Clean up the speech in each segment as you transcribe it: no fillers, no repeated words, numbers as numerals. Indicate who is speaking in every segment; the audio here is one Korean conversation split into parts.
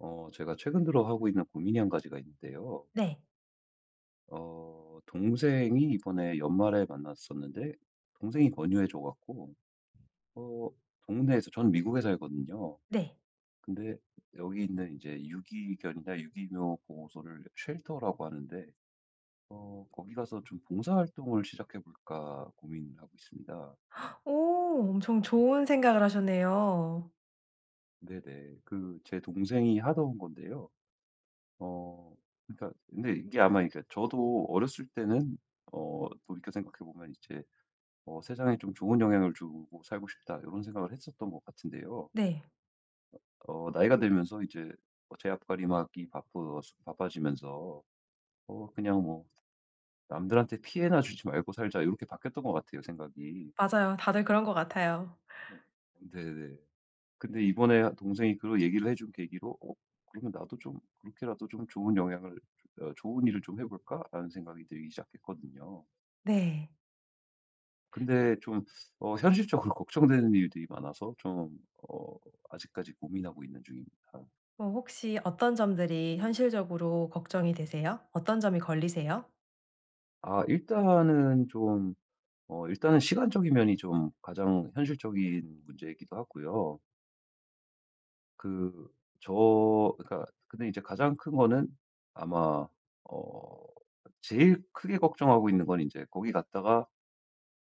Speaker 1: 제가 최근 들어 하고 있는 고민이 한 가지가 있는데요.
Speaker 2: 네.
Speaker 1: 동생이 이번에 연말에 만났었는데, 동생이 권유해 줘갖고, 어, 동네에서, 저는 미국에 살거든요.
Speaker 2: 네.
Speaker 1: 근데 여기 있는 이제 유기견이나 유기묘 보호소를 쉘터라고 하는데, 거기 가서 좀 봉사활동을 시작해 볼까 고민을 하고 있습니다.
Speaker 2: 오, 엄청 좋은 생각을 하셨네요.
Speaker 1: 네네. 제 동생이 하던 건데요. 어 그러니까 근데 이게 저도 어렸을 때는 돌이켜 생각해 보면 이제 '세상에 좀 좋은 영향을 주고 살고 싶다.' 이런 생각을 했었던 것 같은데요.
Speaker 2: 네.
Speaker 1: 나이가 들면서 이제 제 앞가림하기 바쁘 바빠지면서 그냥 뭐 '남들한테 피해나 주지 말고 살자.' 이렇게 바뀌었던 것 같아요, 생각이.
Speaker 2: 맞아요. 다들 그런 것 같아요.
Speaker 1: 음. 네네. 근데 이번에 동생이 그런 얘기를 해준 계기로 그러면 나도 좀 그렇게라도 좀 좋은 영향을 좋은 일을 좀 해 볼까?'라는 생각이 들기 시작했거든요.
Speaker 2: 네.
Speaker 1: 근데 좀 현실적으로 걱정되는 일들이 많아서 좀 어 아직까지 고민하고 있는 중입니다.
Speaker 2: 혹시 어떤 점들이 현실적으로 걱정이 되세요? 어떤 점이 걸리세요?
Speaker 1: 아, 일단은 좀 일단은 시간적인 면이 좀 가장 현실적인 문제이기도 하고요. 그 저 그러니까 근데 이제 가장 큰 거는 아마 어 제일 크게 걱정하고 있는 건 이제 거기 갔다가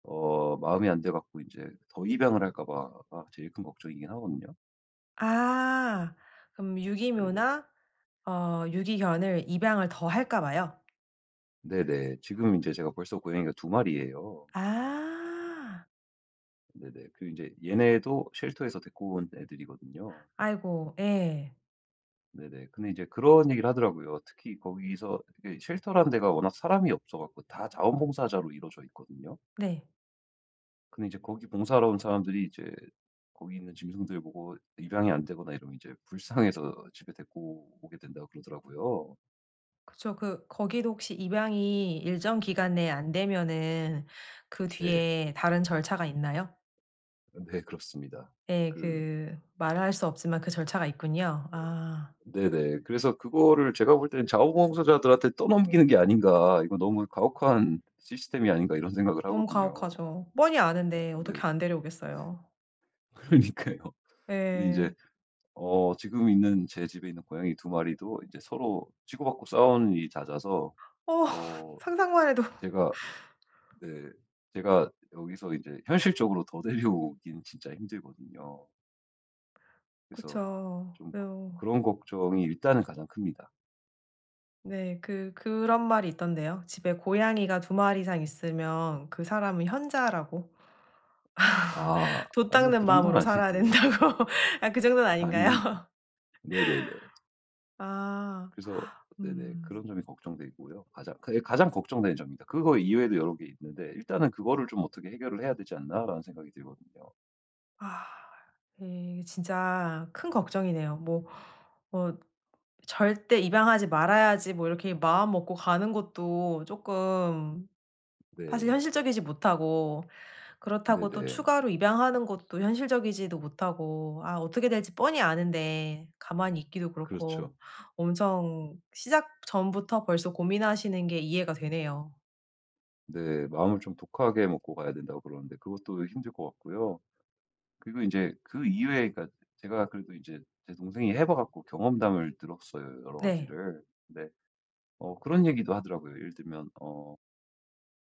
Speaker 1: 마이 안 돼 갖고 이제 더 입양을 할까 봐가 제일 큰 걱정이긴 하거든요.
Speaker 2: 아. 그럼
Speaker 1: 네네.
Speaker 2: 유기묘나 유기견을 입양을 더 할까 봐요?
Speaker 1: 네네. 지금 이제 제가 벌써 고양이가 2 마리예요.
Speaker 2: 아.
Speaker 1: 네네. 그이제 얘네도 쉘터에서 데리고 온 애들이거든요.
Speaker 2: 아이고. 예.
Speaker 1: 네네. 근데 이제 그런 얘기를 하더라고요. 특히 거기서 이게 쉘터라는 데가 워낙 사람이 없어 갖고 다 자원봉사자로 이루어져 있거든요.
Speaker 2: 네.
Speaker 1: 근데 이제 거기 봉사하러 온 사람들이 이제 거기 있는 짐승들 보고 입양이 안 되거나 이러면 이제 불쌍해서 집에 데리고 오게 된다고 그러더라고요.
Speaker 2: 그쵸. 그 거기도 혹시 입양이 일정 기간 내에 안 되면은 그
Speaker 1: 네.
Speaker 2: 뒤에 다른 절차가 있나요?
Speaker 1: 네, 그렇습니다.
Speaker 2: 예.
Speaker 1: 그
Speaker 2: 그 말할 수 없지만 그 절차가 있군요. 아.
Speaker 1: 네네. 그래서 그거를 제가 볼 때는 '자원봉사자들한테 떠넘기는 게 아닌가. 이거 너무 가혹한 시스템이 아닌가.' 이런 생각을
Speaker 2: 너무
Speaker 1: 하거든요.
Speaker 2: 가혹하죠. 뻔히 아는데 어떻게
Speaker 1: 네.
Speaker 2: 안 데려오겠어요.
Speaker 1: 그러니까요. 근데 이
Speaker 2: 예.
Speaker 1: 제 지금 있는 제 집에 있는 고양이 두 마리도 이제 서로 치고받고 싸우는 일이 잦아서
Speaker 2: 어
Speaker 1: 어
Speaker 2: 상상만 해도
Speaker 1: 제가, 네, 제가 여기서 이제 현실적으로 더 데려오긴 진짜 힘들거든요. 그래서
Speaker 2: 그쵸.
Speaker 1: 좀
Speaker 2: 아유.
Speaker 1: 그런 걱정이 일단은 가장 큽니다.
Speaker 2: 네. 그 그런 말이 있던데요. 집에 고양이가 두 마리 이상 있으면 그 사람은 현자라고
Speaker 1: 아.
Speaker 2: 돛
Speaker 1: 아니 뭐그
Speaker 2: 닦는
Speaker 1: 정도는
Speaker 2: 마음으로 살아야
Speaker 1: 아니고요.
Speaker 2: 된다고. 아, 그 정도는
Speaker 1: 아닙니다.
Speaker 2: 아닌가요?
Speaker 1: 네네네.
Speaker 2: 아.
Speaker 1: 그래서 네네
Speaker 2: 음.
Speaker 1: 그런 점이 걱정되고요. 가장 걱정되는 점입니다. 그거 이외에도 여러 개 있는데 일단은 '그거를 좀 어떻게 해결을 해야 되지 않나.'라는 생각이 들거든요.
Speaker 2: 아. 예. 진짜 큰 걱정이네요. 뭐어 절대 입양하지 말아야지 뭐 이렇게 마음 먹고 가는 것도 쪼끔 사실
Speaker 1: 네.
Speaker 2: 현실적이지 못하고, 그렇다고 또
Speaker 1: 네네.
Speaker 2: 추가로 입양하는 것도 현실적이지도 못하고, 아 어떻게 될지 뻔히 아는데 가만히 있기도 그렇고.
Speaker 1: 그렇죠.
Speaker 2: 엄청 시작 전부터 벌써 고민하시는 게 이해가 되네요.
Speaker 1: 네. 마음을 좀 독하게 먹고 가야 된다고 그러는데 그것도 힘들 것 같고요. 그리고 이제 그 이외에 그러니까 제가 그래도 이제 제 동생이 해봐 갖고 경험담을 들었어요, 여러
Speaker 2: 네.
Speaker 1: 가지를. 근데 그런 얘기도 하더라고요. 예를 들면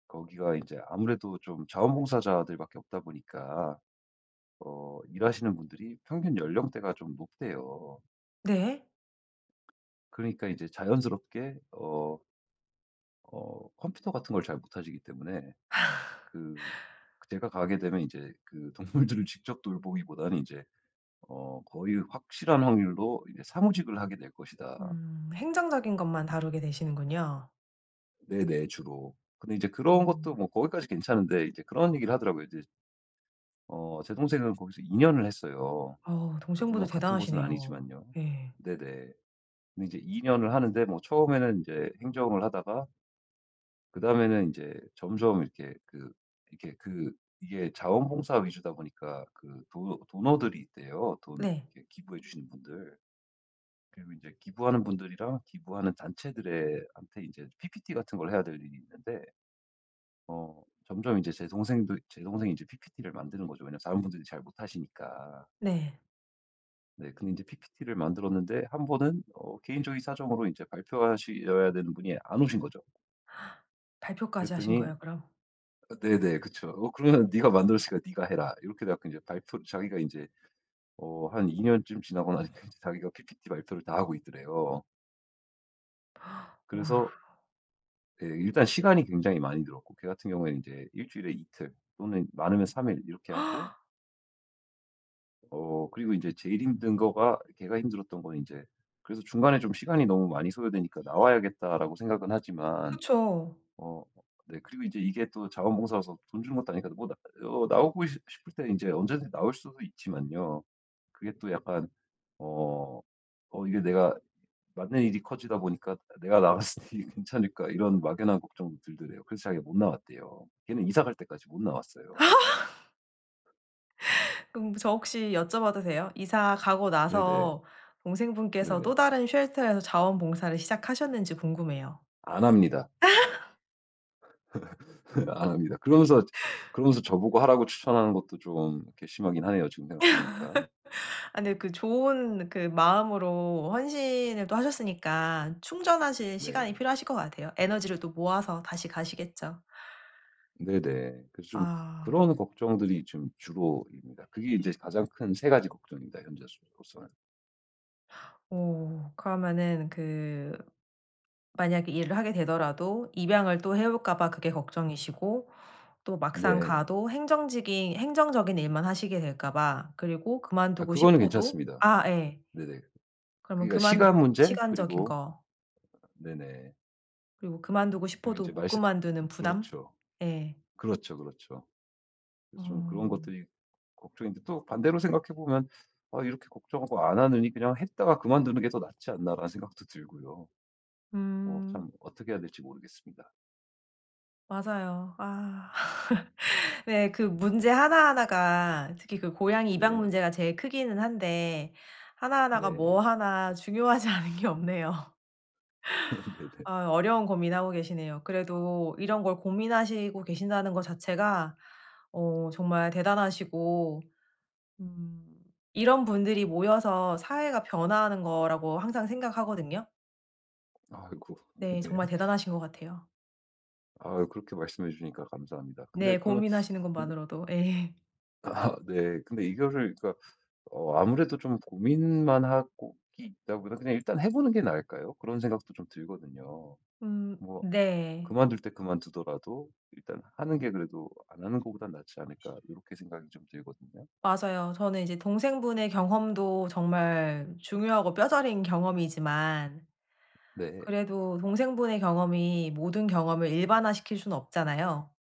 Speaker 1: 거기가 이제 아무래도 좀 자원봉사자들밖에 없다 보니까 일하시는 분들이 평균 연령대가 좀 높대요.
Speaker 2: 네.
Speaker 1: 그러니까 이제 자연스럽게 컴퓨터 같은 걸 잘 못하시기 때문에 그 제가 가게 되면 이제 그 동물들을 직접 돌보기보다는 이제 거의 확실한 확률로 이제 사무직을 하게 될 것이다.
Speaker 2: 음, 행정적인 것만 다루게 되시는군요.
Speaker 1: 네네, 주로. 근데 이제 그런 것도
Speaker 2: 음.
Speaker 1: 뭐 거기까지 괜찮은데 이제 그런 얘기를 하더라고요. 이제 제 동생은 거기서 2 년을 했어요.
Speaker 2: 어우, 동생분도
Speaker 1: 물론 같은 곳은
Speaker 2: 대단하시네요.
Speaker 1: 아니지만요.
Speaker 2: 예.
Speaker 1: 네네. 근데 이제 2 년을 하는데 뭐 처음에는 이제 행정을 하다가 그다음에는 이제 점점 이렇게 그 이렇게 그 이게 자원봉사 위주다 보니까 그 도 도너들이 있대요. 돈
Speaker 2: 네.
Speaker 1: 이렇게 기부해 주시는 분들. 그리고 이제 기부하는 분들이랑 기부하는 단체들의 한테 이제 PPT 같은 걸 해야 될 일이 있는데 점점 이제 제 동생이 이제 PPT를 만드는 거죠. 왜냐면 다른 분들이 잘 못하시니까.
Speaker 2: 네.
Speaker 1: 네. 근데 이제 PPT를 만들었는데 한 번은 개인적인 사정으로 이제 발표하셔야 되는 분이 안 오신 거죠.
Speaker 2: 발표까지 하신
Speaker 1: 그랬더니
Speaker 2: 거예요 그럼?
Speaker 1: 네네. 그쵸. "어 그러면 네가 만들었으니까 네가 해라." 이렇게 돼 갖고 제발표 자기가 인제 한 2 년쯤 지나고 나니까 제 자기가 PPT 발표를 다 하고 있더래요.
Speaker 2: 와.
Speaker 1: 그래서 예, 일단 시간이 굉장히 많이 들었고 걔 같은 경우에는 인제 일 주일에 이틀 또는 많으면 3일 이렇게 하고 그리고 인제 제일 힘든 거가 걔가 힘들었던 건 인제 그래서 중간에 좀 시간이 너무 많이 소요되니까 '나와야겠다.'라고 생각은 하지만
Speaker 2: 그쵸.
Speaker 1: 어 네. 그리고 이제 이게 또 자원봉사여서 돈 주는 것도 아니니까 뭐 나 어 나오고 싶 싶을 때 이제 언제든지 나올 수도 있지만요. 그게 또 약간 어 이게 내가 맞는 일이 커지다 보니까 '내가 나갔을 때 괜찮을까?' 이런 막연한 걱정도 들더래요. 그래서 자기가 못 나왔대요. 걔는 이사 갈 때까지 못 나왔어요.
Speaker 2: 그럼 저 혹시 여쭤봐도 돼요? 이사 가고
Speaker 1: 네네.
Speaker 2: 나서 동생분께서 또
Speaker 1: 네네.
Speaker 2: 다른 쉘터에서 자원봉사를 시작하셨는지 궁금해요.
Speaker 1: 안 합니다. 안 합니다. 그러면서 저보고 하라고 추천하는 것도 좀 이렇게 심하긴 하네요, 지금 생각해 보니까.
Speaker 2: 아 근데 그 좋은 그 마음으로 헌신을 또 하셨으니까 충전하실 시간이
Speaker 1: 네.
Speaker 2: 필요하실 것 같아요. 에너지를 또 모아서 다시 가시겠죠.
Speaker 1: 네네. 그래서 좀
Speaker 2: 아.
Speaker 1: 그런 걱정들이 좀 주로입니다. 그게 이제 가장 큰 세 가지 걱정입니다, 현재로서는.
Speaker 2: 오. 그러면은 그 만약에 일을 하게 되더라도 입양을 또 해 올까 봐 그게 걱정이시고, 또 막상
Speaker 1: 네.
Speaker 2: 가도 행정직인 행정적인 일만 하시게 될까 봐, 그리고
Speaker 1: 아,
Speaker 2: 그만두고
Speaker 1: 그거는
Speaker 2: 싶어도
Speaker 1: 괜찮습니다.
Speaker 2: 아 예.
Speaker 1: 네네.
Speaker 2: 그러면
Speaker 1: 그러니까
Speaker 2: 그만
Speaker 1: 시간 문제,
Speaker 2: 시간적인
Speaker 1: 그리고
Speaker 2: 거,
Speaker 1: 네네.
Speaker 2: 그리고 그만두고
Speaker 1: 그리고
Speaker 2: 싶어도
Speaker 1: 제
Speaker 2: 못
Speaker 1: 말씀,
Speaker 2: 그만두는 부담?
Speaker 1: 그렇죠.
Speaker 2: 예.
Speaker 1: 그렇죠, 그렇죠. 그래서 좀 그런
Speaker 2: 어.
Speaker 1: 것들이 걱정인데 또 반대로 생각해 보면 '아 이렇게 걱정하고 안 하느니 그냥 했다가 그만두는 게 더 낫지 않나.'라는 생각도 들고요.
Speaker 2: 음.
Speaker 1: 참 어떻게 해야 될지 모르겠습니다.
Speaker 2: 맞아요. 아. 네. 그 문제 하나하나가 특히 그 고양이 입양
Speaker 1: 네.
Speaker 2: 문제가 제일 크기는 한데 하나하나가
Speaker 1: 네.
Speaker 2: 뭐 하나 중요하지 않은 게 없네요.
Speaker 1: 네네.
Speaker 2: 아, 어려운 고민하고 계시네요. 그래도 이런 걸 고민하시고 계신다는 것 자체가 정말 대단하시고, 음, 이런 분들이 모여서 사회가 변화하는 거라고 항상 생각하거든요.
Speaker 1: 아이고.
Speaker 2: 네,
Speaker 1: 네네.
Speaker 2: 정말 대단하신 것 같아요.
Speaker 1: 아, 그렇게 말씀해 주니까 감사합니다. 근데
Speaker 2: 네,
Speaker 1: 그러면
Speaker 2: 고민하시는
Speaker 1: 근데
Speaker 2: 것만으로도. 예.
Speaker 1: 아, 네. 근데 이거를 그러니까 아무래도 좀 고민만 하고 있다보다 그냥 일단 해 보는 게 나을까요? 그런 생각도 좀 들거든요. 뭐
Speaker 2: 네.
Speaker 1: 그만둘 때 그만두더라도 일단 하는 게 그래도 '안 하는 것보단 낫지 않을까.' 이렇게 생각이 좀 들거든요.
Speaker 2: 맞아요. 저는 이제 동생분의 경험도 정말 중요하고 뼈저린 경험이지만,
Speaker 1: 네.
Speaker 2: 그래도 동생분의 경험이 모든 경험을 일반화시킬 수는 없잖아요.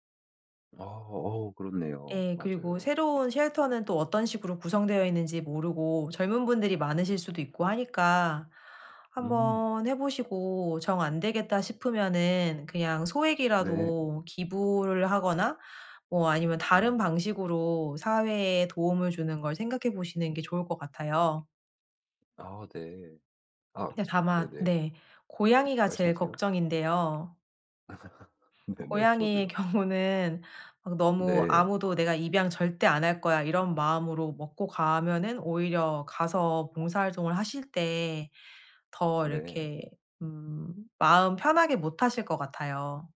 Speaker 1: 아, 그렇네요.
Speaker 2: 예. 그리고
Speaker 1: 맞아요.
Speaker 2: 새로운 쉘터는 또 어떤 식으로 구성되어 있는지 모르고 젊은 분들이 많으실 수도 있고 하니까
Speaker 1: 음.
Speaker 2: 한번 해 보시고 정 안 되겠다 싶으면은 그냥
Speaker 1: 네.
Speaker 2: 소액이라도 기부를 하거나 뭐 아니면 다른
Speaker 1: 음.
Speaker 2: 방식으로 사회에 도움을 주는 걸 생각해 보시는 게 좋을 것 같아요.
Speaker 1: 아, 네. 아,
Speaker 2: 근데 다만
Speaker 1: 네네.
Speaker 2: 네. 고양이가 제일
Speaker 1: 말씀하세요.
Speaker 2: 걱정인데요.
Speaker 1: 네네.
Speaker 2: 고양이의
Speaker 1: 저도요.
Speaker 2: 경우는 막 너무
Speaker 1: 네.
Speaker 2: 아무도 '내가 입양 절대 안 할 거야.' 이런 마음으로 먹고 가면은 오히려 가서 봉사활동을 하실 때 더
Speaker 1: 네.
Speaker 2: 이렇게 마음 편하게 못 하실 것 같아요.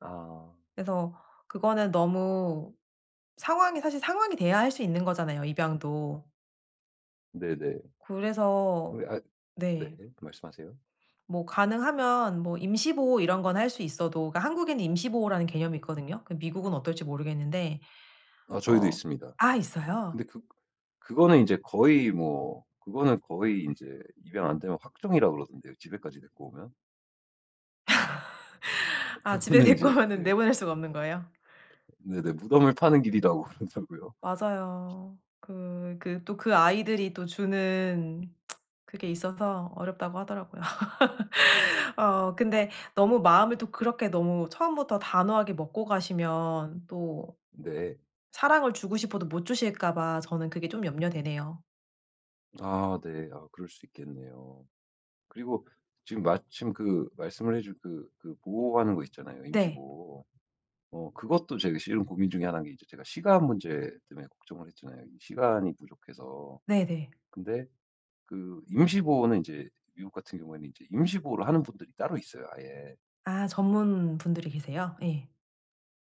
Speaker 1: 아.
Speaker 2: 그래서 그거는 너무 상황이 사실 상황이 돼야 할 수 있는 거잖아요, 입양도.
Speaker 1: 네네.
Speaker 2: 그래서
Speaker 1: 우리 아, 네.
Speaker 2: 네.
Speaker 1: 말씀하세요.
Speaker 2: 뭐 가능하면 뭐 임시 보호 이런 건 할 수 있어도, 그러니까 한국에는 임시 보호라는 개념이 있거든요. 그 미국은 어떨지 모르겠는데.
Speaker 1: 아, 저희도
Speaker 2: 어.
Speaker 1: 있습니다.
Speaker 2: 아
Speaker 1: 근데
Speaker 2: 있어요?
Speaker 1: 그거는 인제 거의 뭐 그거는 거의 인제 입양 안 되면 확정이라 그러던데요, 집에까지 데리고 오면.
Speaker 2: 아 집에
Speaker 1: 그거는 인제
Speaker 2: 데리고 오면은
Speaker 1: 예,
Speaker 2: 내보낼 수가 없는 거예요?
Speaker 1: 네네, 무덤을 파는 길이라고 그러더라고요.
Speaker 2: 맞아요. 그 그 또 그 아이들이 또 주는 그게 있어서 어렵다고 하더라고요. 어 근데 너무 마음을 또 그렇게 너무 처음부터 단호하게 먹고 가시면 또
Speaker 1: 네.
Speaker 2: 사랑을 주고 싶어도 못 주실까 봐 저는 그게 좀 염려되네요.
Speaker 1: 아, 네. 아, 그럴 수 있겠네요. 그리고 지금 마침 그 말씀을 해 준 그 보호하는 거 있잖아요, 임시
Speaker 2: 네.
Speaker 1: 보호. 그것도 제가 실은 고민 중에 하나인 게 이제 제가 시간 문제 때문에 걱정을 했잖아요, 이 시간이 부족해서.
Speaker 2: 네네.
Speaker 1: 근데 그 임시보호는 이제 미국 같은 경우에는 이제 임시보호를 하는 분들이 따로 있어요, 아예.
Speaker 2: 아 전문분들이 계세요? 예.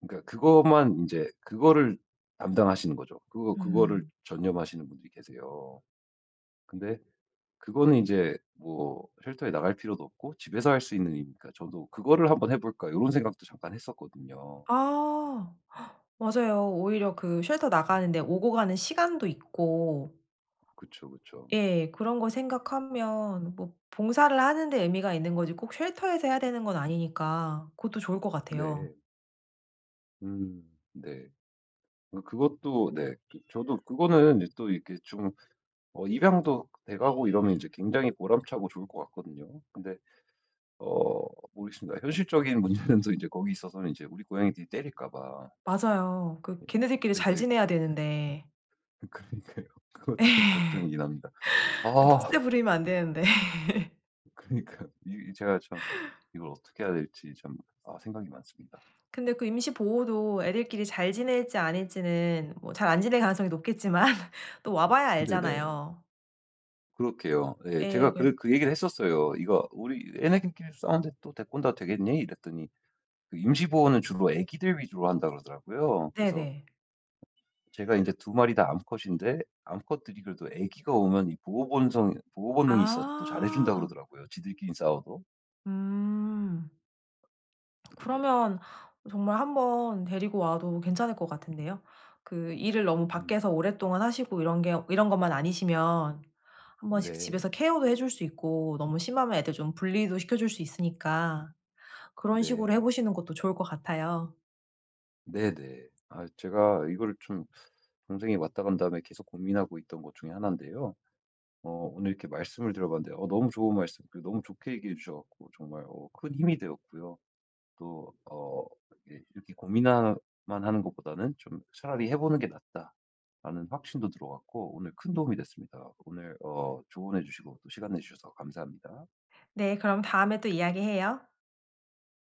Speaker 1: 그러니까 그것만 인제 그거를 담당하시는 거죠. 그거를
Speaker 2: 음.
Speaker 1: 전념하시는 분들이 계세요. 근데 그거는 인제 뭐 쉘터에 나갈 필요도 없고 집에서 할 수 있는 일이니까 저도 '그거를 한번 해 볼까.' 요런 생각도 잠깐 했었거든요.
Speaker 2: 아, 맞아요. 오히려 그 쉘터 나가는데 오고 가는 시간도 있고
Speaker 1: 그쵸, 그쵸.
Speaker 2: 예. 그런 거 생각하면 뭐 봉사를 하는 데 의미가 있는 거지 꼭 쉘터에서 해야 되는 건 아니니까 그것도 좋을 것 같아요.
Speaker 1: 네. 음, 네. 그것도, 네, 저도 그거는 이제 또 이렇게 좀 입양도 돼 가고 이러면 이제 굉장히 보람차고 좋을 것 같거든요. 근데 어 모르겠습니다. 현실적인 문제는 또 이제 거기 있어서는 이제 우리 고양이들이 때릴까 봐.
Speaker 2: 맞아요. 그
Speaker 1: 예.
Speaker 2: 걔네들끼리 잘
Speaker 1: 네네.
Speaker 2: 지내야 되는데.
Speaker 1: 그러니까요. 그것도 좀
Speaker 2: 예.
Speaker 1: 걱정이긴 합니다. 아,
Speaker 2: 텃세 부리면 안 되는데.
Speaker 1: 그러니까요. 이이 제가 참, 이걸 어떻게 해야 될지 참, 아, 생각이 많습니다.
Speaker 2: 근데 그 임시 보호도 애들끼리 잘 지낼지 아닐지는 뭐 잘 안 지낼 가능성이 높겠지만 또 와 봐야
Speaker 1: 네네.
Speaker 2: 알잖아요.
Speaker 1: 그렇게요. 예.
Speaker 2: 예.
Speaker 1: 제가 그
Speaker 2: 그래서
Speaker 1: 그 얘기를 했었어요. "이거 우리 애네들끼리 싸우는데 또데권다 되겠니?" 이랬더니 그 임시 보호는 주로 애기들 위주로 한다 그러더라고요. 그래서
Speaker 2: 네네.
Speaker 1: 제가 이제 두 마리 다 암컷인데 암컷들이 그래도 아기가 오면 이 보호 본능이 있어서 또 잘해 준다
Speaker 2: 아.
Speaker 1: 그러더라고요, 지들끼리 싸워도.
Speaker 2: 음.
Speaker 1: 네네.
Speaker 2: 그러면 정말 한번 데리고 와도 괜찮을 것 같은데요. 그 일을 너무
Speaker 1: 음.
Speaker 2: 밖에서 오랫동안 하시고 이런 게 이런 것만 아니시면 한번씩
Speaker 1: 네.
Speaker 2: 집에서 케어도 해줄 수 있고 너무 심하면 애들 좀 분리도 시켜 줄 수 있으니까 그런 식으로 해
Speaker 1: 네.
Speaker 2: 보시는 것도 좋을 것 같아요.
Speaker 1: 네네. 아, 제가 이거를 좀 동생이 왔다 간 다음에 계속 고민하고 있던 것 중에 하나인데요. 오늘 이렇게 말씀을 들어 봤는데 너무 좋은 말씀 그리고 너무 좋게 얘기해 주셔 갖고 정말 큰 힘이 되었고요. 또 이게 이렇게 고민만 하는 것보다는 좀 '차라리 해 보는 게 낫다.'라는 확신도 들어 갔고 오늘 큰 도움이 됐습니다. 오늘 조언해 주시고 또 시간 내 주셔서 감사합니다.
Speaker 2: 네, 그럼 다음에 또 이야기해요.